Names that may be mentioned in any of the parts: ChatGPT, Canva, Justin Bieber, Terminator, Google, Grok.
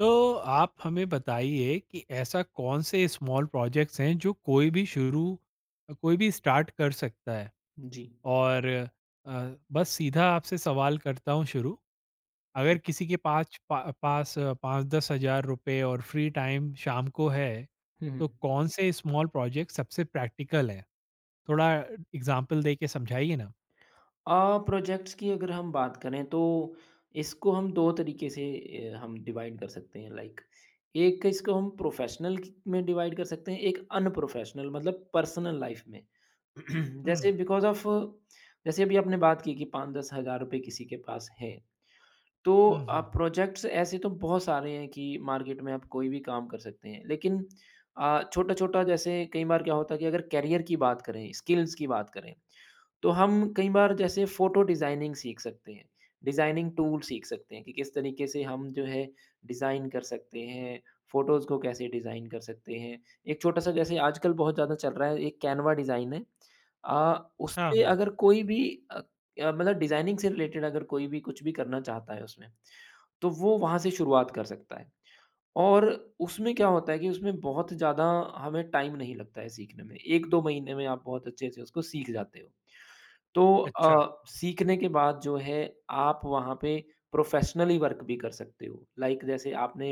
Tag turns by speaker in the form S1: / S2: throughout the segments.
S1: तो आप हमें बताइए कि ऐसा कौन से स्मॉल प्रोजेक्ट्स हैं जो कोई भी स्टार्ट कर सकता है।
S2: जी,
S1: और अ, बस सीधा आपसे सवाल करता हूँ शुरू। अगर
S2: जी।
S1: किसी के पास 5-10 हज़ार रुपये और फ्री टाइम शाम को है,
S2: हुँ, हुँ।
S1: तो कौन से स्मॉल प्रोजेक्ट सबसे प्रैक्टिकल है? थोड़ा एग्जाम्पल दे के समझाइए ना।
S2: प्रोजेक्ट्स की अगर हम बात करें तो इसको हम 2 तरीके से हम डिवाइड कर सकते हैं लाइक एक इसको हम प्रोफ़ेशनल क में डिवाइड कर सकते हैं, एक अनप्रोफ़ेशनल मतलब पर्सनल लाइफ़ में।
S1: हम्म,
S2: जैसे बिकॉज़ ऑफ़ जैसे अभी आपने बात की कि 5-10 हज़ार रुपए किसी के पास है। तो
S1: हम्म, हम्म।
S2: प्रोजेक्ट्स ऐसे तो बहुत सारे हैं कि मार्केट में आप कोई भी काम कर सकते हैं। लेकिन छोटा-छोटा जैसे कई बार क्या होता है कि अगर करियर की बात करें, स्किल्स की बात करें, तो हम कई बार जैसे फ़ोटो डिज़ाइनिंग सीख सकते हैं, डिज़ाइनिंग टूल सीख सकते हैं कि किस तरीके से हम जो है डिज़ाइन कर सकते हैं, फ़ोटोज़ को कैसे डिज़ाइन कर सकते हैं। एक छोटा-सा जैसे आजकल बहुत ज़्यादा चल रहा है, एक कैनवा डिज़ाइन है।
S1: हाँ,
S2: उसपे
S1: हाँ।
S2: अगर कोई भी अ, मतलब डिज़ाइनिंग से रिलेटेड अगर कोई भी कुछ भी करना चाहता है उसमें, तो वो वहाँ से शुरुआत कर सकता है। और उसमें क्या होता है कि उसमें बहुत ज़्यादा हमें टाइम नहीं लगता है सीखने में। 1-2 महीने में आप बहुत अच्छे से उसको सीख जाते हो। तो
S1: अच्छा,
S2: सीखने के बाद जो है आप वहाँ पे प्रोफ़ेशनली वर्क भी कर सकते हो। लाइक जैसे आपने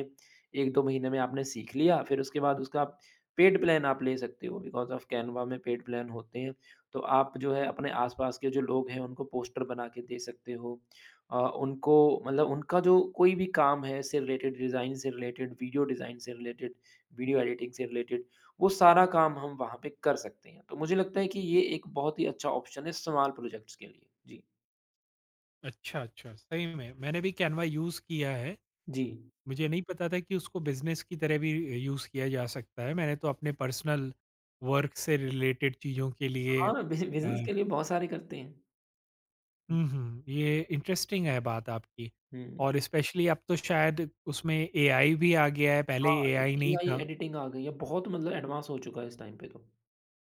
S2: 1-2 महीने में आपने सीख लिया, फिर उसके बाद उसका पेड प्लान आप ले सकते हो बिकॉज़ ऑफ़ कैनवा में पेड प्लान होते हैं। तो आप जो है अपने आस-पास के जो लोग हैं उनको पोस्टर बना के दे सकते हो। उनको मतलब उनका जो कोई भी काम है इससे रिलेटेड डिज़ाइन से रिलेटेड, वीडियो डिज़ाइन से रिलेटेड, वीडियो एडिटिंग से रिलेटेड वो सारा काम हम वहाँ पे कर सकते हैं। तो मुझे लगता है कि ये एक बहुत ही अच्छा ऑप्शन है स्मॉल प्रोजेक्ट्स के लिए। जी।
S1: अच्छा, अच्छा। सही में मैंने भी कैनवा यूज़ किया है।
S2: जी।
S1: मुझे नहीं पता था कि उसको बिज़नेस की तरह भी यूज़ किया जा सकता है। मैंने तो अपने पर्सनल वर्क से रिलेटेड चीज़ों के लिए।
S2: हाँ, बिज़
S1: अ,
S2: बिज़नेस के लिए बहुत सारे करते हैं। हुँ।
S1: हुँ, हुँ, ये इंटरेस्टिंग है बात आपकी।
S2: हुँ।
S1: और स्पेशली अब तो शायद उसमें एआई भी आ गया है, पहले
S2: हाँ,
S1: एआई नहीं
S2: एआई
S1: था।
S2: एडिटिंग आ गई है। बहुत मतलब एडवांस हो चुका है इस टाइम पे तो।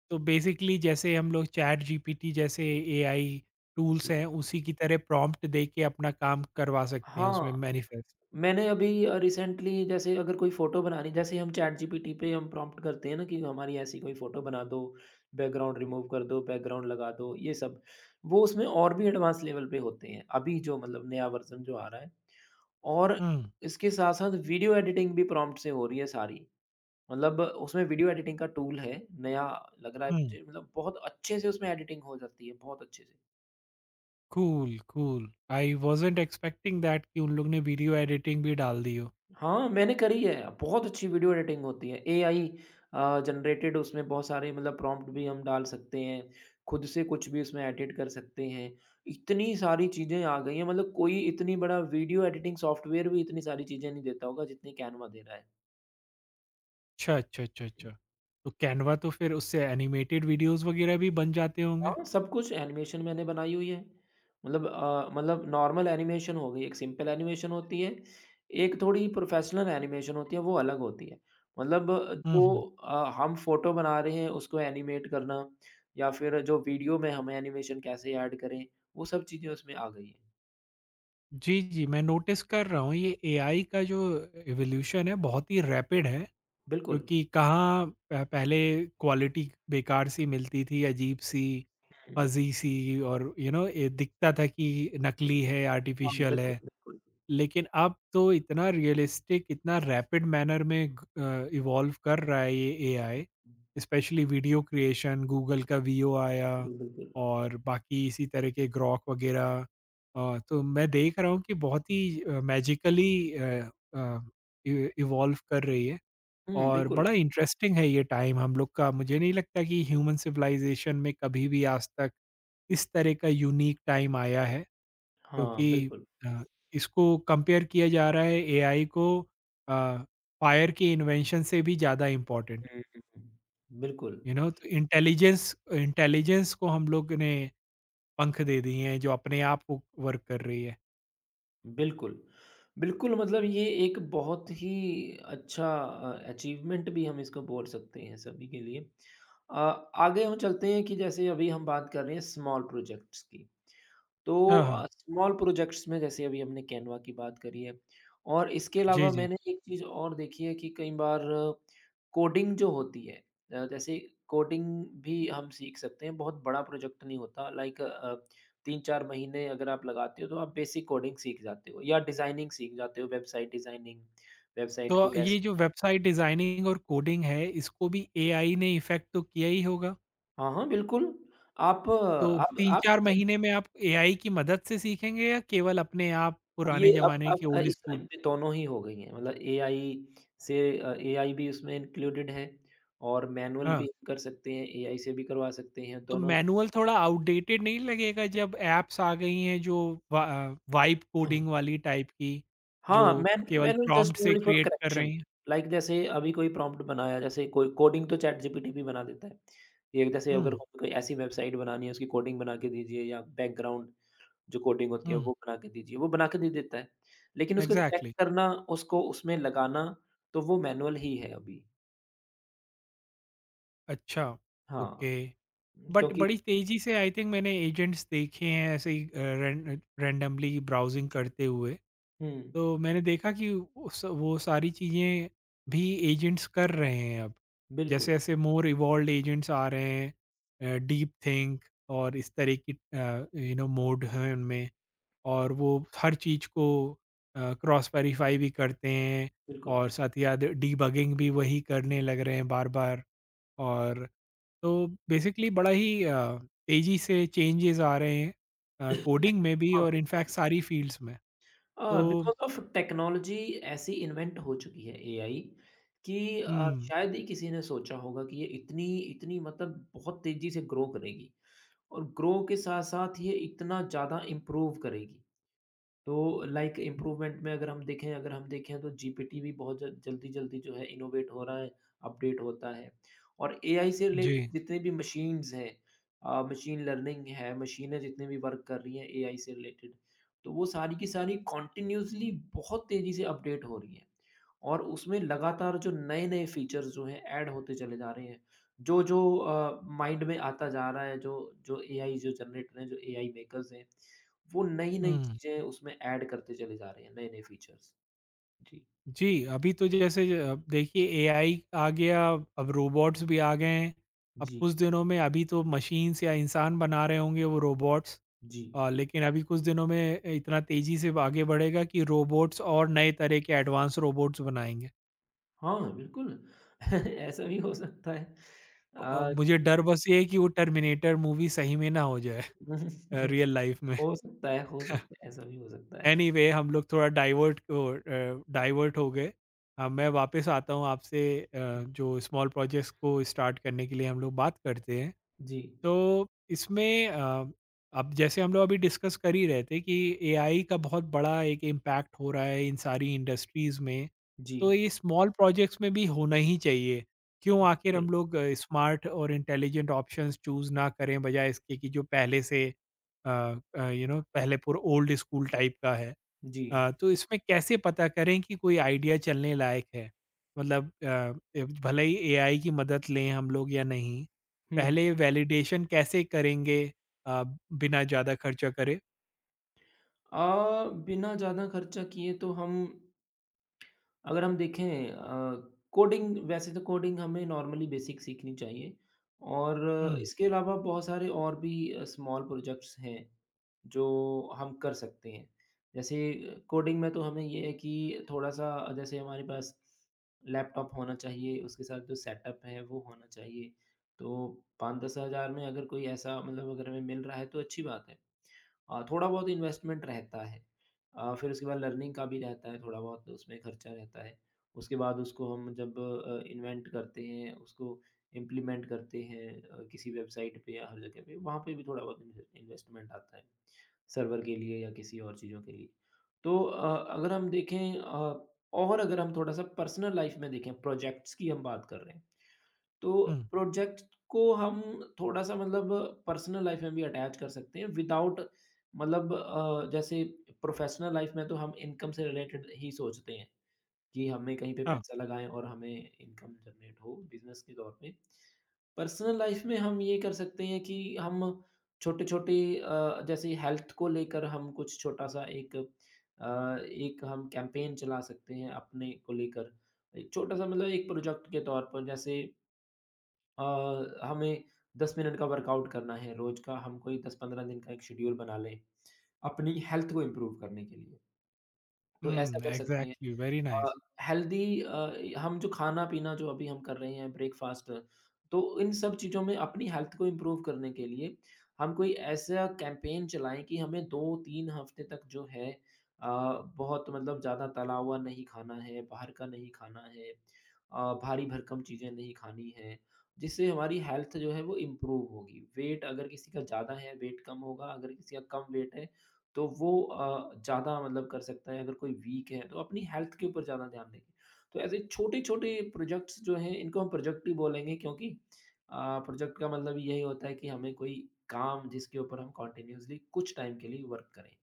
S1: तो बेसिकली जैसे हम लोग चैट जीपीटी जैसे एआई टूल्स
S2: जी।
S1: हैं, उसी की तरह प्रॉम्प्ट दे के अपना काम करवा सकते हैं
S2: हाँ।
S1: उसमें मैनिफेस्ट।
S2: मैंने अभी रिसेंटली जैसे अगर कोई फ़ोटो बनानी जैसे हम चैट जीपीटी पे हम प्रॉम्प्ट करते हैं ना कि हमारी ऐसी कोई फ़ोटो बना दो, बैकग्राउंड रिमूव कर दो, बैकग्राउंड लगा दो, ये सब। वो उसमें और भी एडवांस लेवल पे होते हैं, अभी जो मतलब नया वर्ज़न जो आ रहा है। और
S1: हुँ,
S2: इसके साथ-साथ वीडियो एडिटिंग भी प्रॉम्प्ट से हो रही है सारी। मतलब उसमें वीडियो एडिटिंग का टूल है, नया लग रहा है
S1: हुँ।
S2: मुझे मतलब बहुत अच्छे से उसमें एडिटिंग हो जाती है, बहुत अच्छे से।
S1: Cool, cool. I wasn't expecting that कि उन लोग ने वीडियो एडिटिंग भी डाल दी हो।
S2: हाँ, मैंने करी है। बहुत अच्छी वीडियो एडिटिंग होती है। एआई जनरेटेड उसमें बहुत सारे मतलब प्रॉम्प्ट भी हम डाल सकते हैं। खुद से कुछ भी उसमें एडिट कर सकते हैं। इतनी सारी चीज़ें आ गई हैं मतलब कोई इतनी बड़ा वीडियो एडिटिंग सॉफ्टवेयर भी इतनी सारी चीज़ें नहीं देता होगा जितनी कैनवा दे रहा
S1: अच्छा, अच्छा, अच्छा,
S2: है।
S1: अच्छा। तो कैनवा तो फिर उससे एनिमेटेड वीडियोज़ वग़ैरह भी बन जाते होंगे?
S2: हाँ, सब कुछ एनिमेशन मैंने बनाई हुई है। मतलब नॉर्मल एनिमेशन हो गई, एक सिंपल एनिमेशन होती है, एक थोड़ी प्रोफ़ेशनल एनिमेशन होती है, वो अलग होती है। मतलब
S1: हुँ,
S2: जो
S1: हुँ।
S2: हम फ़ोटो बना रहे हैं, उसको एनिमेट करना या फिर जो वीडियो में हम एनिमेशन कैसे ऐड करें, वो सब चीज़ें उसमें आ गई हैं।
S1: जी, जी, मैं नोटिस कर रहा हूँ ये एआई का जो इवोल्यूशन है बहुत ही रैपिड है,
S2: बिल्कुल।
S1: क्योंकि कहाँ प पहले क्वालिटी बेकार-सी मिलती थी, अजीब-सी,
S2: हुँ।
S1: फ़ज़ी-सी, और यू नो ए दिखता था कि नकली है,
S2: हाँ।
S1: आर्टिफ़िशियल
S2: बिल्कुल,
S1: है।
S2: बिल्कुल।
S1: लेकिन अब तो इतना रियलिस्टिक, इतना रैपिड मैनर में इवॉल्व कर रहा है ये
S2: हुँ,
S1: AI, specially video creation. Google का वीओ आया,
S2: हुँ। बिल्कुल, बिल्कुल।
S1: और बाकी इसी तरह के ग्रॉक वगैरह। तो मैं देख रहा हूँ कि बहुत ही
S2: जी।
S1: मैजिकली अ, इ इवॉल्व कर रही है।
S2: हुँ,
S1: और
S2: बिल्कुल।
S1: बड़ा इंटरेस्टिंग है ये टाइम हम लोग का। मुझे नहीं लगता कि ह्यूमन सिविलाइज़ेशन में कभी भी आज तक इस तरह का यूनिक टाइम आया है।
S2: हाँ,
S1: क्योंकि
S2: बिल्कुल।
S1: अ, इसको कंपेयर किया जा रहा है एआई को, अ, फायर की इन्वेंशन से भी ज़्यादा इम्पोर्टेंट,
S2: हुँ, हुँ, हुँ। बिल्कुल।
S1: You know. तो इंटेलिजेंस इंटेलिजेंस को हम लोग ने पंख दे दिए हैं जो अपने आप को वर्क कर रही है।
S2: बिल्कुल। बिल्कुल, मतलब ये एक बहुत ही अच्छा अचीवमेंट भी हम इसको बोल सकते हैं सभी के लिए। अ, आगे हम चलते हैं कि जैसे अभी हम बात कर रहे हैं स्मॉल प्रोजेक्ट्स की। तो
S1: हाँ, हाँ।
S2: स्मॉल प्रोजेक्ट्स में जैसे अभी हमने कैनवा की बात करी है और इसके
S1: जी,
S2: अलावा
S1: जी।
S2: मैंने एक चीज़ और देखी है कि कई बार कोडिंग जो होती है जैसे कोडिंग भी हम सीख सकते हैं, बहुत बड़ा प्रोजेक्ट नहीं होता लाइक 3-4 महीने अगर आप लगाते हो तो आप बेसिक कोडिंग सीख जाते हो या डिज़ाइनिंग सीख जाते हो, वेबसाइट डिज़ाइनिंग,
S1: तो
S2: वेबसाइट को
S1: ये जो
S2: कैसे
S1: वेबसाइट डिज़ाइनिंग और कोडिंग है इसको भी एआई ने इफ़ेक्ट तो किया ही होगा।
S2: हाँ, हाँ, बिल्कुल। आप
S1: तो
S2: आप आप
S1: 3-4 महीने में आप एआई की मदद से सीखेंगे या केवल अपने आप पुराने
S2: ये अब
S1: ज़माने
S2: अब
S1: के
S2: अ,
S1: ओल्ड
S2: इस
S1: स्कूल?
S2: टाइम पे दोनों ही हो गई हैं मतलब एआई भी उसमें इंक्लूडेड है और मैनुअल
S1: हाँ।
S2: भी कर सकते हैं, एआई से भी करवा सकते हैं
S1: तो
S2: दोनों ही।
S1: मैनुअल थोड़ा आउटडेटेड नहीं लगेगा जब ऐप्स आ गई हैं जो वा, वाइब कोडिंग वाली टाइप की, जो
S2: हाँ, मैन
S1: केवल
S2: मैनुअल जस्ट
S1: प्रॉम्प्ट से
S2: ओनली फॉर
S1: क्रिएट कर
S2: करेक्शन
S1: रही हैं?
S2: लाइक जैसे अभी कोई प्रॉम्प्ट बनाया जैसे कोई कोडिंग तो चैट जीपीटी भी बना देता है। ये जैसे
S1: हुँ,
S2: अगर कोई कोई ऐसी वेबसाइट बनानी है उसकी कोडिंग बना के दीजिए या बैकग्राउंड जो कोडिंग होती है
S1: हुँ,
S2: वो बना के दीजिए, वो बना के दे देता है। लेकिन उसको चेक
S1: एग्जैक्टली।
S2: करना, उसको उसमें लगाना तो वो मैनुअल ही है अभी।
S1: अच्छा।
S2: हाँ।
S1: ओके। बट
S2: क्योंकि
S1: बड़ी तेजी से आई थिंक मैंने एजेंट्स देखे हैं, ऐसे ही रैंडमली ब्राउजिंग करते हुए,
S2: हुँ,
S1: तो मैंने देखा कि वो सारी चीज़ें भी एजेंट्स कर रहे हैं अब।
S2: बिल्कुल,
S1: जैसे-जैसे मोर इवॉल्व्ड एजेंट्स आ रहे हैं, डीप थिंक और इस तरह की यू नो मोड हैं उनमें, और वो हर चीज़ को क्रॉस वेरीफाई भी करते हैं,
S2: बिल्कुल।
S1: और साथ ही साथ डीबगिंग भी वही करने लग रहे हैं बार-बार। और तो बेसिकली बड़ा ही तेज़ी से चेंजेस आ रहे हैं कोडिंग में भी
S2: हाँ,
S1: और इनफैक्ट
S2: बिल्कुल।
S1: सारी फील्ड्स में। तो
S2: बिकॉज़ ऑफ़ टेक्नोलॉज़ी ऐसी इन्वेंट हो चुकी है एआई कि
S1: हुँ,
S2: शायद ही किसी ने सोचा होगा कि ये इतनी इतनी मतलब बहुत तेज़ी से ग्रो करेगी और ग्रो के साथ-साथ ये इतना ज़्यादा इम्प्रूव करेगी। तो लाइक इम्प्रूवमेंट में अगर हम देखें तो जीपीटी भी बहुत ज जल्दी-जल्दी जो है इनोवेट हो रहा है, अपडेट होता है। और एआई से
S1: जी।
S2: रिलेटेड जितने भी मशीन्स हैं मशीन लर्निंग है, मशीनें जितने भी वर्क कर रही हैं एआई से रिलेटेड, तो वो सारी की सारी कंटिन्यूअसली बहुत तेज़ी से अपडेट हो रही हैं। और उसमें लगातार जो नए-नए फीचर्स जो हैं ऐड होते चले जा रहे हैं। जो-जो माइंड में आता जा रहा है, जो जो एआई जो जनरेटर हैं, जो एआई मेकर्स हैं वो नई-नई
S1: हुँ।
S2: चीज़ें उसमें ऐड करते चले जा रहे हैं, नए-नए फीचर्स। जी,
S1: जी, अभी तो जैसे देखिए एआई आ गया, अब रोबोट्स भी आ गए हैं। अब
S2: जी,
S1: कुछ दिनों में अभी तो मशीन्स या इंसान बना रहे होंगे वो रोबोट्स।
S2: जी।
S1: लेकिन अभी कुछ दिनों में इतना तेज़ी से आगे बढ़ेगा कि रोबोट्स और नए तरह के एडवांस रोबोट्स बनाएंगे।
S2: हाँ, बिल्कुल। ऐसा भी हो सकता है अ,
S1: मुझे
S2: कि
S1: डर बस ये है कि वो टर्मिनेटर मूवी सही में ना हो जाए, रियल लाइफ़ में।
S2: हो सकता है, ऐसा भी हो सकता है।
S1: एनीवे anyway, हम लोग थोड़ा डाइवर्ट हो गए। मैं वापस आता हूँ आपसे, जो स्मॉल प्रोजेक्ट्स को स्टार्ट करने के लिए हम लोग बात करते हैं।
S2: जी,
S1: तो इसमें अब जैसे हम लोग अभी डिस्कस कर ही रहे थे कि एआई का बहुत बड़ा एक इम्पैक्ट हो रहा है इन सारी इंडस्ट्रीज़ में। तो
S2: जी,
S1: ये स्मॉल प्रोजेक्ट्स में भी होना ही चाहिए। क्यों आखिर
S2: बिल्कुल,
S1: हम लोग स्मार्ट और इंटेलिजेंट ऑप्शंस चूज़ ना करें, बजाय इसके कि जो पहले से अ यू नो पहले पूरा ओल्ड स्कूल टाइप का है।
S2: जी।
S1: तो इसमें कैसे पता करें कि कोई आइडिया चलने लायक है? मतलब ए भले ही एआई की मदद लें हम लोग या नहीं,
S2: हुँ, हुँ।
S1: पहले वैलिडेशन कैसे करेंगे अ, बिना ज़्यादा खर्चा करे?
S2: बिना ज़्यादा खर्चा किए तो हम अगर हम देखें कोडिंग वैसे तो कोडिंग हमें नॉर्मली बेसिक सीखनी चाहिए और
S1: हुँ,
S2: इसके अलावा बहुत सारे और भी स्मॉल प्रोजेक्ट्स हैं जो हम कर सकते हैं। जैसे कोडिंग में तो हमें ये है कि थोड़ा-सा जैसे हमारे पास लैपटॉप होना चाहिए, उसके साथ जो सेटअप है वो होना चाहिए। तो 5-10 हज़ार में अगर कोई ऐसा मतलब अगर हमें मिल रहा है तो अच्छी बात है। थोड़ा बहुत इन्वेस्टमेंट रहता है। फिर उसके बाद लर्निंग का भी रहता है थोड़ा बहुत उसमें खर्चा रहता है। उसके बाद उसको हम जब इन्वेंट करते हैं, उसको इम्प्लीमेंट करते हैं किसी वेबसाइट पे या हर जगह पे, वहाँ पे भी थोड़ा बहुत इन्वेस्टमेंट आता है, सर्वर के लिए या किसी और चीज़ों के लिए। तो अगर हम देखें और अगर हम थोड़ा-सा पर्सनल लाइफ़ में देखें, प्रोजेक्ट्स की हम बात कर रहे हैं। तो
S1: हुँ,
S2: प्रोजेक्ट को हम थोड़ा-सा मतलब पर्सनल लाइफ में भी अटैच कर सकते हैं विदाउट मतलब जैसे प्रोफेशनल लाइफ में तो हम इनकम से रिलेटेड ही सोचते हैं कि हमें कहीं पे
S1: हाँ,
S2: पैसा लगाएँ और हमें इनकम जनरेट हो बिज़नेस के तौर पे। पर्सनल लाइफ में हम ये कर सकते हैं कि हम छोटे-छोटे जैसे हेल्थ को लेकर हम कुछ छोटा-सा एक अ, एक हम कैंपेन चला सकते हैं अपने को लेकर। एक छोटा-सा मतलब एक प्रोजेक्ट के तौर पर जैसे अ, हमें 10 मिनट का वर्कआउट करना है रोज़ का, हम कोई 10-15 दिन का एक शेड्यूल बना लें, अपनी हेल्थ को इम्प्रूव करने के लिए। तो ऐसा
S1: हुँ,
S2: कर सकते हैं
S1: एग्ज़ैक्टली, वेरी
S2: अ,
S1: नाइस।
S2: हेल्दी हम जो खाना-पीना जो अभी हम कर रहे हैं ब्रेकफ़ास्ट, तो इन सब चीज़ों में अपनी हेल्थ को इम्प्रूव करने के लिए हम कोई ऐसा कैंपेन चलाएँ कि हमें 2-3 हफ्ते तक जो है अ, बहुत मतलब ज़्यादा तला हुआ नहीं खाना है, बाहर का नहीं खाना है, भारी-भरकम चीज़ें नहीं खानी हैं, जिससे हमारी हेल्थ जो है वो इम्प्रूव होगी। वेट अगर किसी का ज़्यादा है, वेट कम होगा, अगर किसी का कम वेट है तो वो ज़्यादा मतलब कर सकता है, अगर कोई वीक है, तो अपनी हेल्थ के ऊपर ज़्यादा ध्यान देंगे। तो ऐसे छोटे-छोटे प्रोजेक्ट्स जो हैं, इनको हम प्रोजेक्ट ही बोलेंगे क्योंकि प्रोजेक्ट का मतलब यही होता है कि हमें कोई काम जिसके ऊपर हम कंटीन्यूअसली कुछ टाइम के लिए वर्क करें।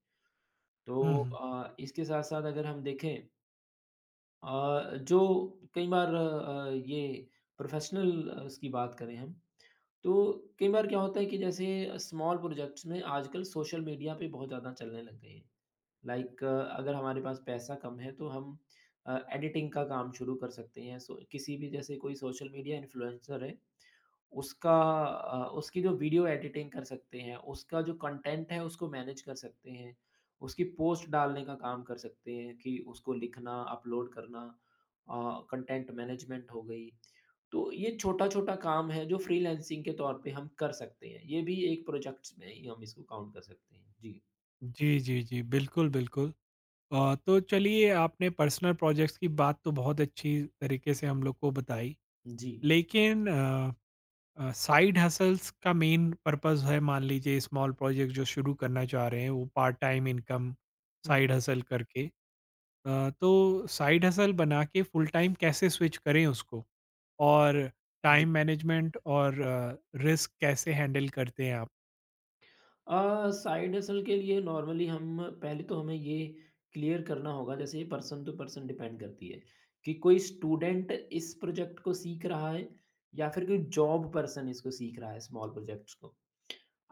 S1: हुँ,
S2: तो
S1: हुँ।
S2: इसके साथ-साथ अगर हम देखें अ, जो कई बार ये प्रोफ़ेशनल उसकी बात करें हम, तो कई बार क्या होता है कि जैसे स्मॉल प्रोजेक्ट्स में आजकल सोशल मीडिया पे बहुत ज़्यादा चलने लग गए हैं। लाइक अगर हमारे पास पैसा कम है तो हम एडिटिंग का काम शुरू कर सकते हैं सो किसी भी जैसे कोई सोशल मीडिया इन्फ्लुएंसर है उसका उसकी जो वीडियो एडिटिंग कर सकते हैं उसका जो कंटेंट है उसको मैनेज कर सकते हैं उसकी पोस्ट डालने का काम कर सकते हैं कि उसको लिखना अपलोड करना कंटेंट मैनेजमेंट हो गई। तो ये छोटा छोटा काम है जो फ्रीलैंसिंग के तौर पे हम कर सकते हैं, ये भी एक प्रोजेक्ट्स में ही हम इसको काउंट कर सकते हैं। जी।
S1: जी, जी, जी, बिल्कुल, बिल्कुल। तो चलिए, आपने पर्सनल प्रोजेक्ट्स की बात तो बहुत अच्छी तरीके से हम लोग को बताई,
S2: जी।
S1: लेकिन साइड हसल्स का मेन पर्पस है। मान लीजिए स्मॉल प्रोजेक्ट जो शुरू करना चाह रहे हैं वो पार्ट टाइम इनकम
S2: हम्म।
S1: साइड हसल करके। तो साइड हसल बना के फुल टाइम कैसे स्विच करें उसको, और टाइम मैनेजमेंट और रिस्क कैसे हैंडल करते हैं आप?
S2: साइड हसल के लिए नॉर्मली हम पहले तो हमें ये क्लियर करना होगा जैसे ये पर्सन टू पर्सन डिपेंड करती है कि कोई स्टूडेंट इस प्रोजेक्ट को सीख रहा है या फिर कोई जॉब पर्सन इसको सीख रहा है स्मॉल प्रोजेक्ट्स को।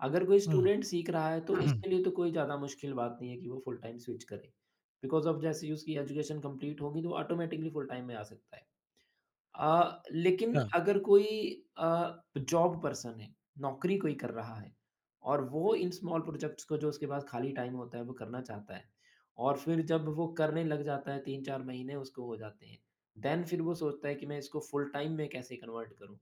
S2: अगर कोई
S1: हम्म।
S2: स्टूडेंट सीख रहा है तो उसके लिए तो कोई ज़्यादा मुश्किल बात नहीं है कि वो फुल टाइम स्विच करे। बिकॉज़ ऑफ़ जैसे ही उसकी एजुकेशन कंप्लीट होगी तो ऑटोमैटिकली फुल टाइम में आ सकता है। लेकिन
S1: है, हाँ।
S2: अगर कोई जॉब पर्सन है, नौकरी कोई कर रहा है और वो इन स्मॉल प्रोजेक्ट्स को जो उसके पास खाली टाइम होता है, वो करना चाहता है और फिर जब वो करने लग जाता है 3-4 महीने उसको हो जाते हैं। देन फिर वो सोचता है कि मैं इसको फुल टाइम में कैसे कन्वर्ट करूँ?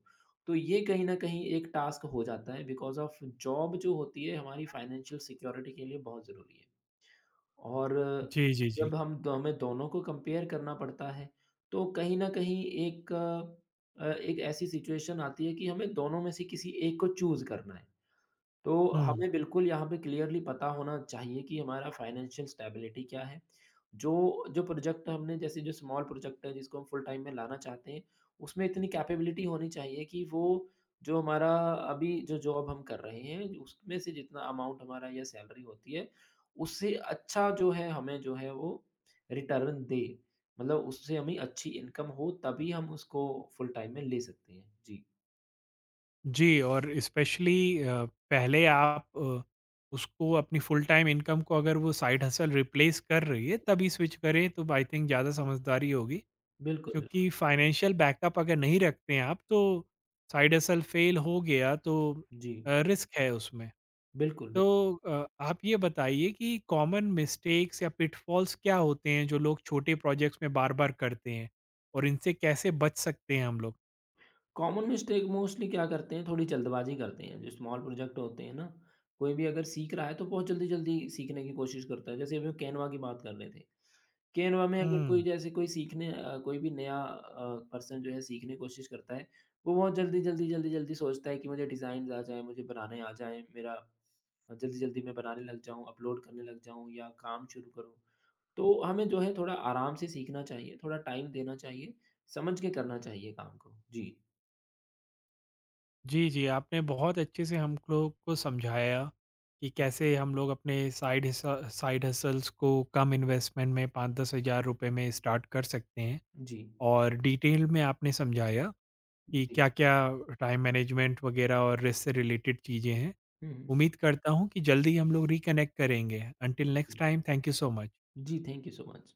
S2: तो ये कहीं न कहीं एक टास्क हो जाता है बिकॉज़ ऑफ जॉब जो होती है हमारी फाइनेंशियल सिक्योरिटी के लिए बहुत ज़रूरी है। और
S1: जी, जी, जी।
S2: जब हम दो हमें दोनों को कंपेयर करना पड़ता है, तो कहीं न कहीं एक अ, एक ऐसी सिचुएशन आती है कि हमें दोनों में से किसी एक को चूज़ करना है। तो
S1: हम्म।
S2: हमें बिल्कुल यहाँ पे क्लियरली पता होना चाहिए कि हमारा फाइनेंशियल स्टेबिलिटी क्या है। जो जो प्रोजेक्ट हमने जैसे जो स्मॉल प्रोजेक्ट है जिसको हम फुल टाइम में लाना चाहते हैं, उसमें इतनी कैपेबिलिटी होनी चाहिए कि वो जो हमारा अभी जो जॉब हम कर रहे हैं, उसमें से जितना अमाउंट हमारा या सैलरी होती है, उससे अच्छा जो है हमें जो है वो रिटर्न दे। मतलब उससे हमें अच्छी इनकम हो तभी हम उसको फुल टाइम में ले सकते हैं। जी,
S1: जी, और स्पेशली पहले आप उसको अपनी फुल टाइम इनकम को अगर वो साइड हसल रिप्लेस कर रही है तभी स्विच करें तो आई थिंक ज़्यादा समझदारी होगी।
S2: बिल्कुल, बिल्कुल।
S1: क्योंकि फाइनेंशियल बैकअप अगर नहीं रखते हैं आप, तो साइड हसल फेल हो गया तो
S2: जी, बिल्कुल,
S1: रिस्क है उसमें।
S2: बिल्कुल।
S1: तो आप ये बताइए कि कॉमन मिस्टेक्स या पिटफॉल्स क्या होते हैं जो लोग छोटे प्रोजेक्ट्स में बार बार करते हैं, और इनसे कैसे बच सकते हैं हम लोग?
S2: कॉमन मिस्टेक मोस्टली क्या करते हैं, थोड़ी जल्दबाज़ी करते हैं। जो स्मॉल प्रोजेक्ट होते हैं ना, कोई भी अगर सीख रहा है तो बहुत जल्दी-जल्दी सीखने की कोशिश करता है। जैसे अभी कैनवा की बात कर रहे थे। कैनवा में अगर
S1: हम्म।
S2: कोई जैसे कोई भी नया पर्सन जो है सीखने की कोशिश करता है, वो बहुत जल्दी-जल्दी सोचता है कि मुझे डिज़ाइन्स आ जाएँ, मुझे बनाने आ जाएँ, मेरा जल्दी-जल्दी मैं बनाने लग जाऊँ, अपलोड करने लग जाऊँ या काम शुरू करूँ। तो हमें जो है थोड़ा आराम से सीखना चाहिए, थोड़ा टाइम देना चाहिए, समझ के करना चाहिए काम को। जी।
S1: जी, जी, आपने बहुत अच्छे से हम लोग को समझाया कि
S2: जी,
S1: कैसे हम लोग अपने साइड हसल्स को कम इन्वेस्टमेंट में 5-10 हज़ार रुपए में स्टार्ट कर सकते हैं, और डिटेल में आपने समझाया कि
S2: जी,
S1: क्या-क्या टाइम मैनेजमेंट वगैरह और रिस्क से रिलेटेड चीज़ें हैं।
S2: हम्म,
S1: उम्मीद करता हूँ कि जल्दी ही हम लोग रिकनेक्ट करेंगे। Until next
S2: ji,
S1: time, thank you so much.
S2: Ji, thank you so much.